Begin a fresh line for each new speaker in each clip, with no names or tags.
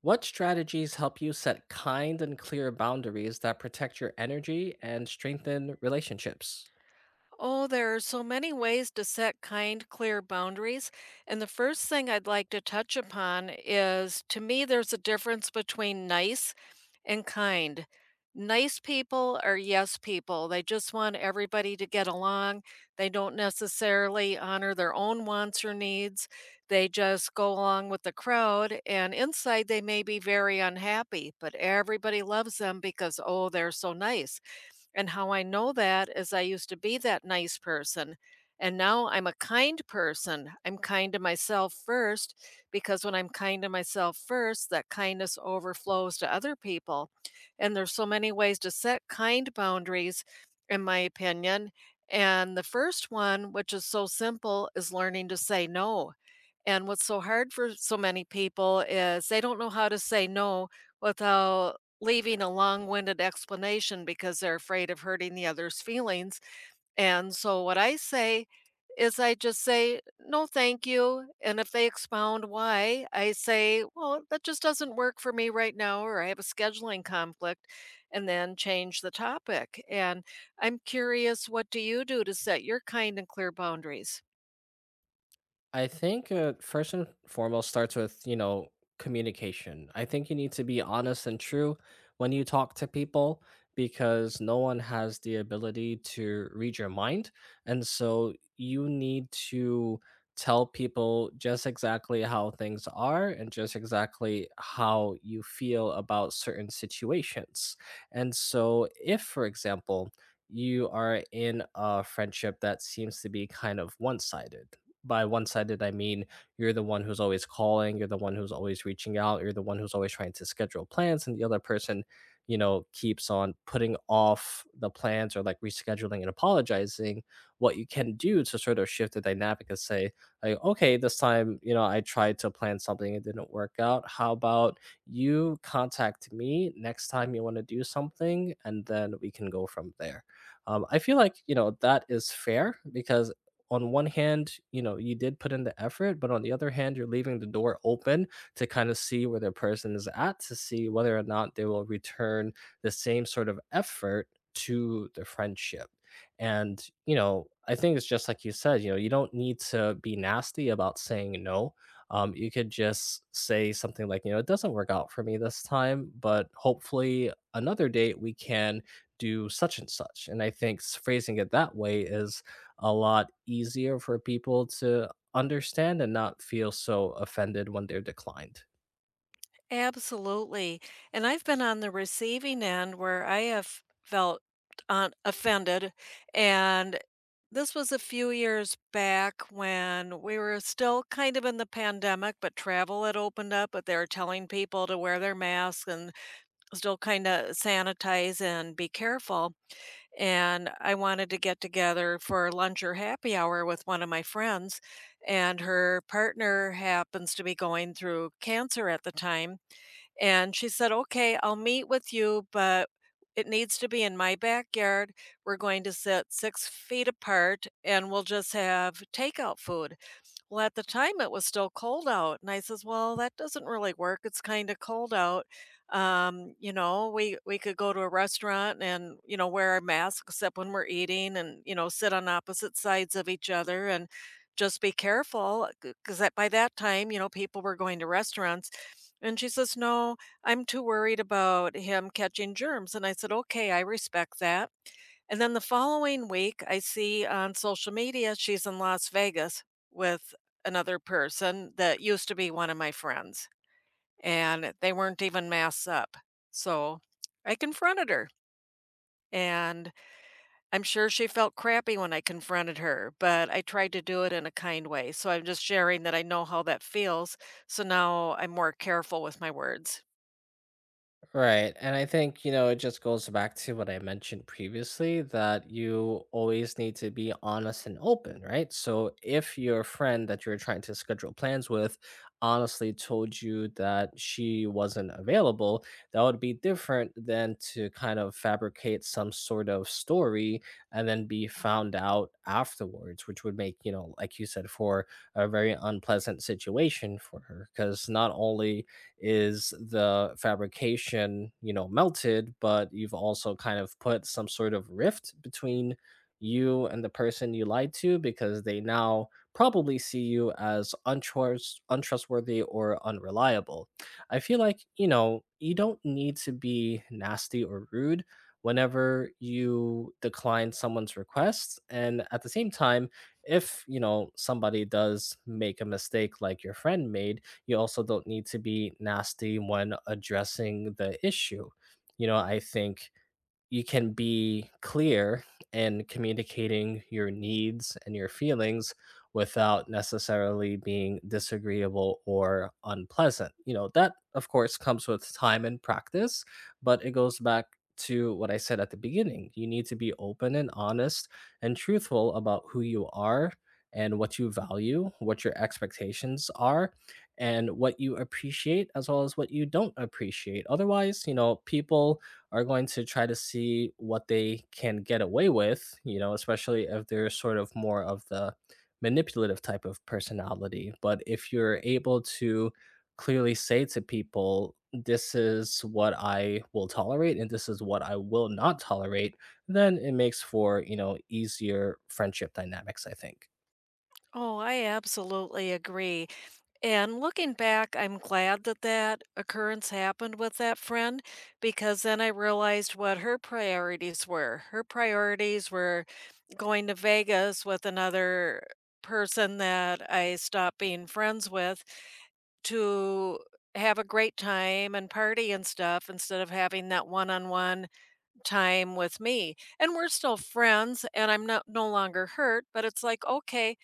What strategies help you set kind and clear boundaries that protect your energy and strengthen relationships?
Oh, there are so many ways to set kind, clear boundaries. And the first thing I'd like to touch upon is to me, there's a difference between nice and kind. Nice people are yes people. They just want everybody to get along. They don't necessarily honor their own wants or needs. They just go along with the crowd. And inside, they may be very unhappy, but everybody loves them because, oh, they're so nice. And how I know that is I used to be that nice person. And now I'm a kind person. I'm kind to myself first because when I'm kind to myself first, that kindness overflows to other people. And there's so many ways to set kind boundaries, in my opinion. And the first one, which is so simple, is learning to say no. And what's so hard for so many people is they don't know how to say no without leaving a long winded explanation because they're afraid of hurting the other's feelings. And so, what I say is, I just say, no, thank you. And if they expound why, I say, well, that just doesn't work for me right now, or I have a scheduling conflict, and then change the topic. And I'm curious, what do you do to set your kind and clear boundaries?
I think first and foremost starts with, you know, communication. I think you need to be honest and true when you talk to people because no one has the ability to read your mind. And so you need to tell people just exactly how things are and just exactly how you feel about certain situations. And so, if, for example, you are in a friendship that seems to be kind of one sided. By one sided, I mean you're the one who's always calling, you're the one who's always reaching out, you're the one who's always trying to schedule plans, and the other person, you know, keeps on putting off the plans or like rescheduling and apologizing. What you can do to sort of shift the dynamic is say, like, okay, this time, you know, I tried to plan something, it didn't work out. How about you contact me next time you want to do something, and then we can go from there. I feel like, you know, that is fair because on one hand, you know, you did put in the effort, but on the other hand, you're leaving the door open to kind of see where the person is at, to see whether or not they will return the same sort of effort to the friendship. And, you know, I think it's just like you said, you know, you don't need to be nasty about saying no. You could just say something like, you know, it doesn't work out for me this time, but hopefully another date we can do such and such. And I think phrasing it that way is a lot easier for people to understand and not feel so offended when they're declined.
Absolutely. And I've been on the receiving end where I have felt on offended. And this was a few years back when we were still kind of in the pandemic, but travel had opened up, but they were telling people to wear their masks and still kind of sanitize and be careful. And I wanted to get together for lunch or happy hour with one of my friends, and her partner happens to be going through cancer at the time and she said, "Okay, I'll meet with you, but it needs to be in my backyard. We're going to sit 6 feet apart and we'll just have takeout food." Well, at the time, it was still cold out, and I says, "Well, that doesn't really work. It's kind of cold out. We could go to a restaurant and wear our masks except when we're eating, and sit on opposite sides of each other, and just be careful because that by that time, people were going to restaurants." And she says, "No, I'm too worried about him catching germs." And I said, "Okay, I respect that." And then the following week, I see on social media she's in Las Vegas with another person that used to be one of my friends, and they weren't even masked up. So I confronted her, and I'm sure she felt crappy when I confronted her, but I tried to do it in a kind way. So I'm just sharing that I know how that feels. So now I'm more careful with my words.
Right. And I think, you know, it just goes back to what I mentioned previously, that you always need to be honest and open, right? So if your friend that you're trying to schedule plans with honestly told you that she wasn't available, that would be different than to kind of fabricate some sort of story and then be found out afterwards, which would make, you know, like you said, for a very unpleasant situation for her. Because not only is the fabrication, you know, melted, but you've also kind of put some sort of rift between you and the person you lied to, because they now probably see you as untrustworthy or unreliable. I feel like, you know, you don't need to be nasty or rude whenever you decline someone's request, and at the same time, if you know somebody does make a mistake like your friend made, you also don't need to be nasty when addressing the issue. You know, I think you can be clear in communicating your needs and your feelings without necessarily being disagreeable or unpleasant. You know, that of course comes with time and practice, but it goes back to what I said at the beginning. You need to be open and honest and truthful about who you are and what you value, what your expectations are, and what you appreciate, as well as what you don't appreciate. Otherwise, you know, people are going to try to see what they can get away with, you know, especially if they're sort of more of the manipulative type of personality. But if you're able to clearly say to people, this is what I will tolerate and this is what I will not tolerate, then it makes for, you know, easier friendship dynamics, I think.
Oh, I absolutely agree. And looking back, I'm glad that that occurrence happened with that friend because then I realized what her priorities were. Her priorities were going to Vegas with another person that I stopped being friends with to have a great time and party and stuff instead of having that one-on-one time with me. And we're still friends and I'm not no longer hurt, but it's like, okay,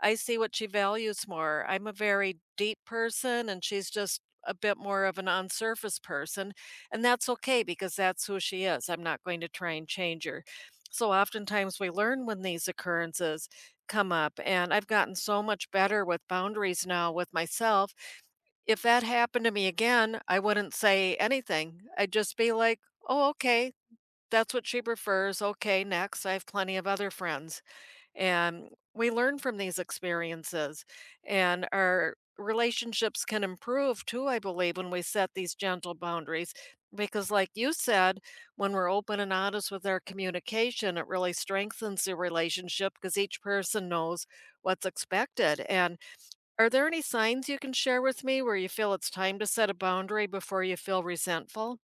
I see what she values more. I'm a very deep person and she's just a bit more of an on surface person. And that's okay because that's who she is. I'm not going to try and change her. So oftentimes we learn when these occurrences come up. And I've gotten so much better with boundaries now with myself. If that happened to me again, I wouldn't say anything. I'd just be like, oh, okay, that's what she prefers. Okay, next. I have plenty of other friends. And we learn from these experiences, and our relationships can improve too, I believe, when we set these gentle boundaries. Because, like you said, when we're open and honest with our communication, it really strengthens the relationship because each person knows what's expected. And are there any signs you can share with me where you feel it's time to set a boundary before you feel resentful?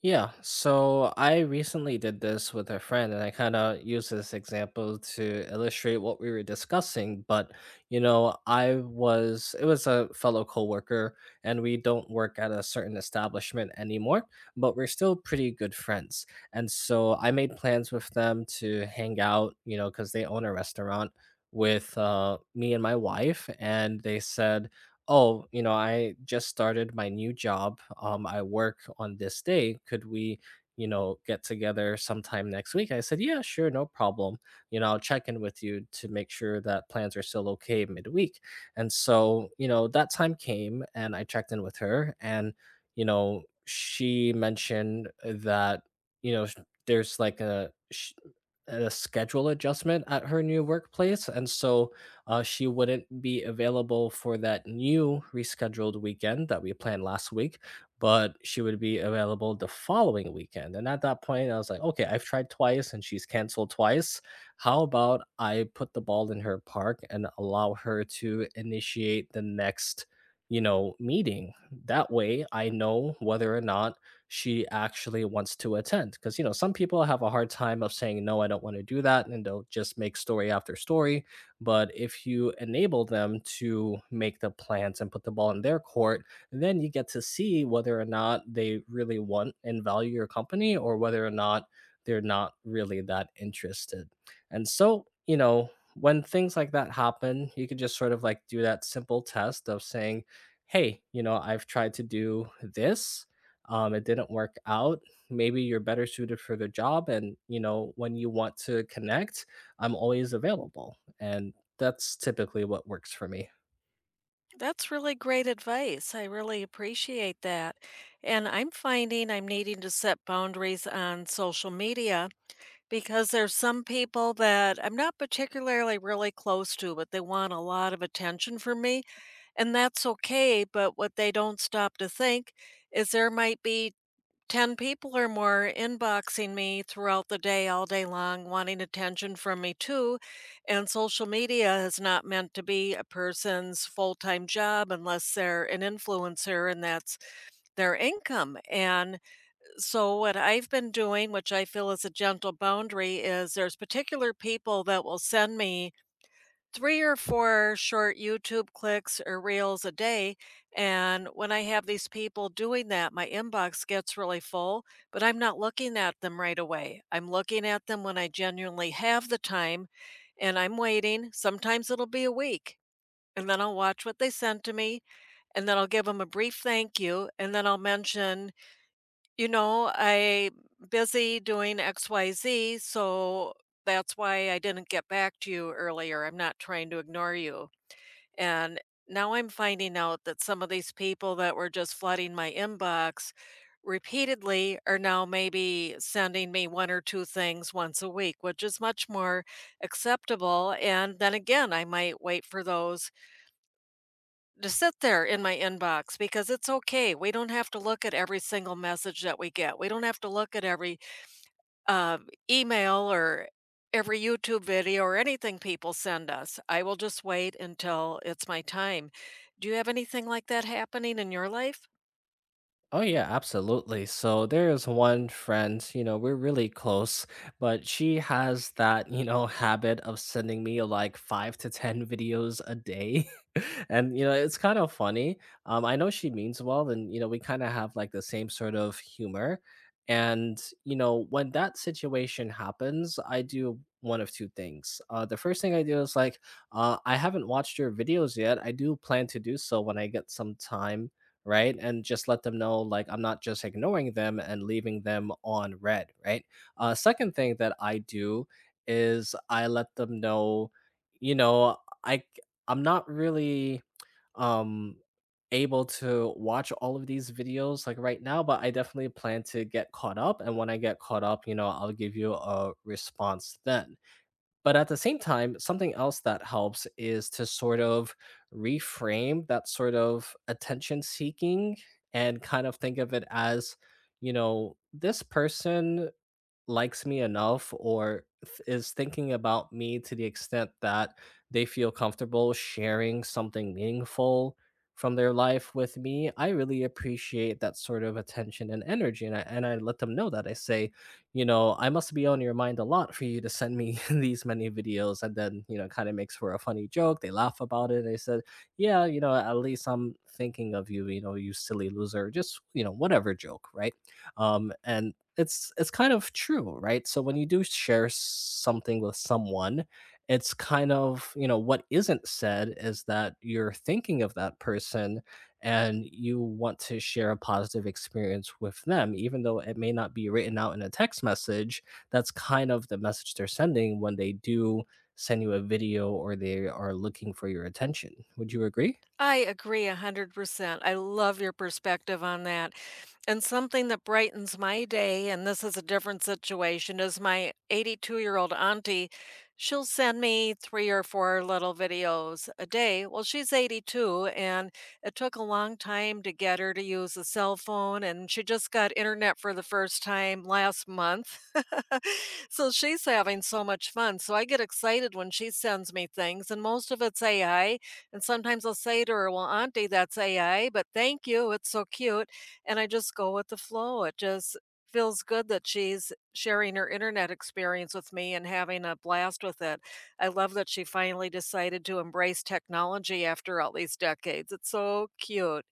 Yeah, so I recently did this with a friend, and I kind of used this example to illustrate what we were discussing. But, you know, I was, it was a fellow coworker, and we don't work at a certain establishment anymore, but we're still pretty good friends. And so I made plans with them to hang out, you know, because they own a restaurant, with me and my wife. And they said, oh, you know, I just started my new job, I work on this day, could we, you know, get together sometime next week? I said, yeah, sure, no problem, you know, I'll check in with you to make sure that plans are still okay midweek. And so, you know, that time came and I checked in with her, and you know she mentioned that, you know, there's like a a schedule adjustment at her new workplace, and so she wouldn't be available for that new rescheduled weekend that we planned last week, but she would be available the following weekend. And at that point, I was like, okay, I've tried twice and she's canceled twice. How about I put the ball in her park and allow her to initiate the next, you know, meeting? That way I know whether or not she actually wants to attend. Because, you know, some people have a hard time of saying, no, I don't want to do that. And they'll just make story after story. But if you enable them to make the plans and put the ball in their court, then you get to see whether or not they really want and value your company, or whether or not they're not really that interested. And so, you know, when things like that happen, you could just sort of like do that simple test of saying, hey, you know, I've tried to do this. It didn't work out. Maybe you're better suited for the job. And, you know, when you want to connect, I'm always available, and that's typically what works for me.
That's really great advice. I really appreciate that. And I'm finding I'm needing to set boundaries on social media because there's some people that I'm not particularly really close to, but they want a lot of attention from me. And that's okay. But what they don't stop to think is there might be 10 people or more inboxing me throughout the day, all day long, wanting attention from me too. And social media is not meant to be a person's full time job unless they're an influencer and that's their income. And so, what I've been doing, which I feel is a gentle boundary, is there's particular people that will send me three or four short YouTube clicks or reels a day. And when I have these people doing that, my inbox gets really full, but I'm not looking at them right away. I'm looking at them when I genuinely have the time and I'm waiting. Sometimes it'll be a week, and then I'll watch what they sent to me, and then I'll give them a brief thank you, and then I'll mention I busy doing XYZ, so that's why I didn't get back to you earlier. I'm not trying to ignore you. And now I'm finding out that some of these people that were just flooding my inbox repeatedly are now maybe sending me one or two things once a week, which is much more acceptable. And then again, I might wait for those to sit there in my inbox because it's okay. We don't have to look at every single message that we get. We don't have to look at every uh, email or every YouTube video or anything people send us. I will just wait until it's my time. Do you have anything like that happening in your life?
Oh yeah, absolutely. So there's one friend, you know, we're really close, but she has that, you know, habit of sending me like 5 to 10 videos a day. And you know, it's kind of funny. I know she means well, and you know, we kind of have like the same sort of humor. And you know, when that situation happens, I do one of two things. The first thing I do is like, I haven't watched your videos yet. I do plan to do so when I get some time, right? And just let them know, like, I'm not just ignoring them and leaving them on red, right? Second thing that I do is I let them know, you know, I i c- I'm not really um able to watch all of these videos like right now, but I definitely plan to get caught up. And when I get caught up, you know, I'll give you a response then. But at the same time, something else that helps is to sort of reframe that sort of attention seeking and kind of think of it as, you know, this person likes me enough, or is thinking about me to the extent that they feel comfortable sharing something meaningful from their life with me. I really appreciate that sort of attention and energy. And I let them know that. I say, you know, I must be on your mind a lot for you to send me these many videos. And then, you know, kind of makes for a funny joke. They laugh about it. They said, yeah, you know, at least I'm thinking of you, you know, you silly loser, just, you know, whatever joke, right? And it's kind of true, right? So when you do share something with someone, it's kind of, you know, what isn't said is that you're thinking of that person and you want to share a positive experience with them, even though it may not be written out in a text message. That's kind of the message they're sending when they do send you a video or they are looking for your attention. Would you agree?
I agree 100%. I love your perspective on that. And something that brightens my day, and this is a different situation, is my 82-year-old auntie. She'll send me three or four little videos a day. Well, she's 82, and it took a long time to get her to use a cell phone, and she just got internet for the first time last month. So she's having so much fun. So I get excited when she sends me things, and most of it's AI. And sometimes I'll say to her, "Well, Auntie, that's AI, but thank you. It's so cute." And I just go with the flow. It just feels good that she's sharing her internet experience with me and having a blast with it. I love that she finally decided to embrace technology after all these decades. It's so cute.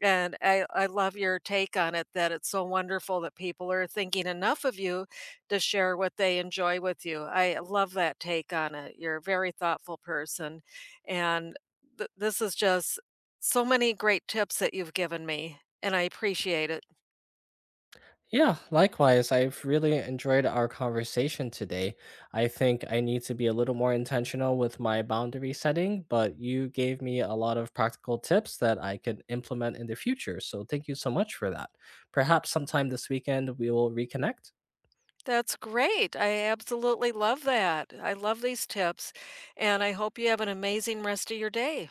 And I love your take on it that it's so wonderful that people are thinking enough of you to share what they enjoy with you. I love that take on it. You're a very thoughtful person. And Th this is just so many great tips that you've given me, and I appreciate it.
Yeah, likewise. I've really enjoyed our conversation today. I think I need to be a little more intentional with my boundary setting, but you gave me a lot of practical tips that I could implement in the future. So thank you so much for that. Perhaps sometime this weekend we will reconnect.
That's great. I absolutely love that. I love these tips, and I hope you have an amazing rest of your day.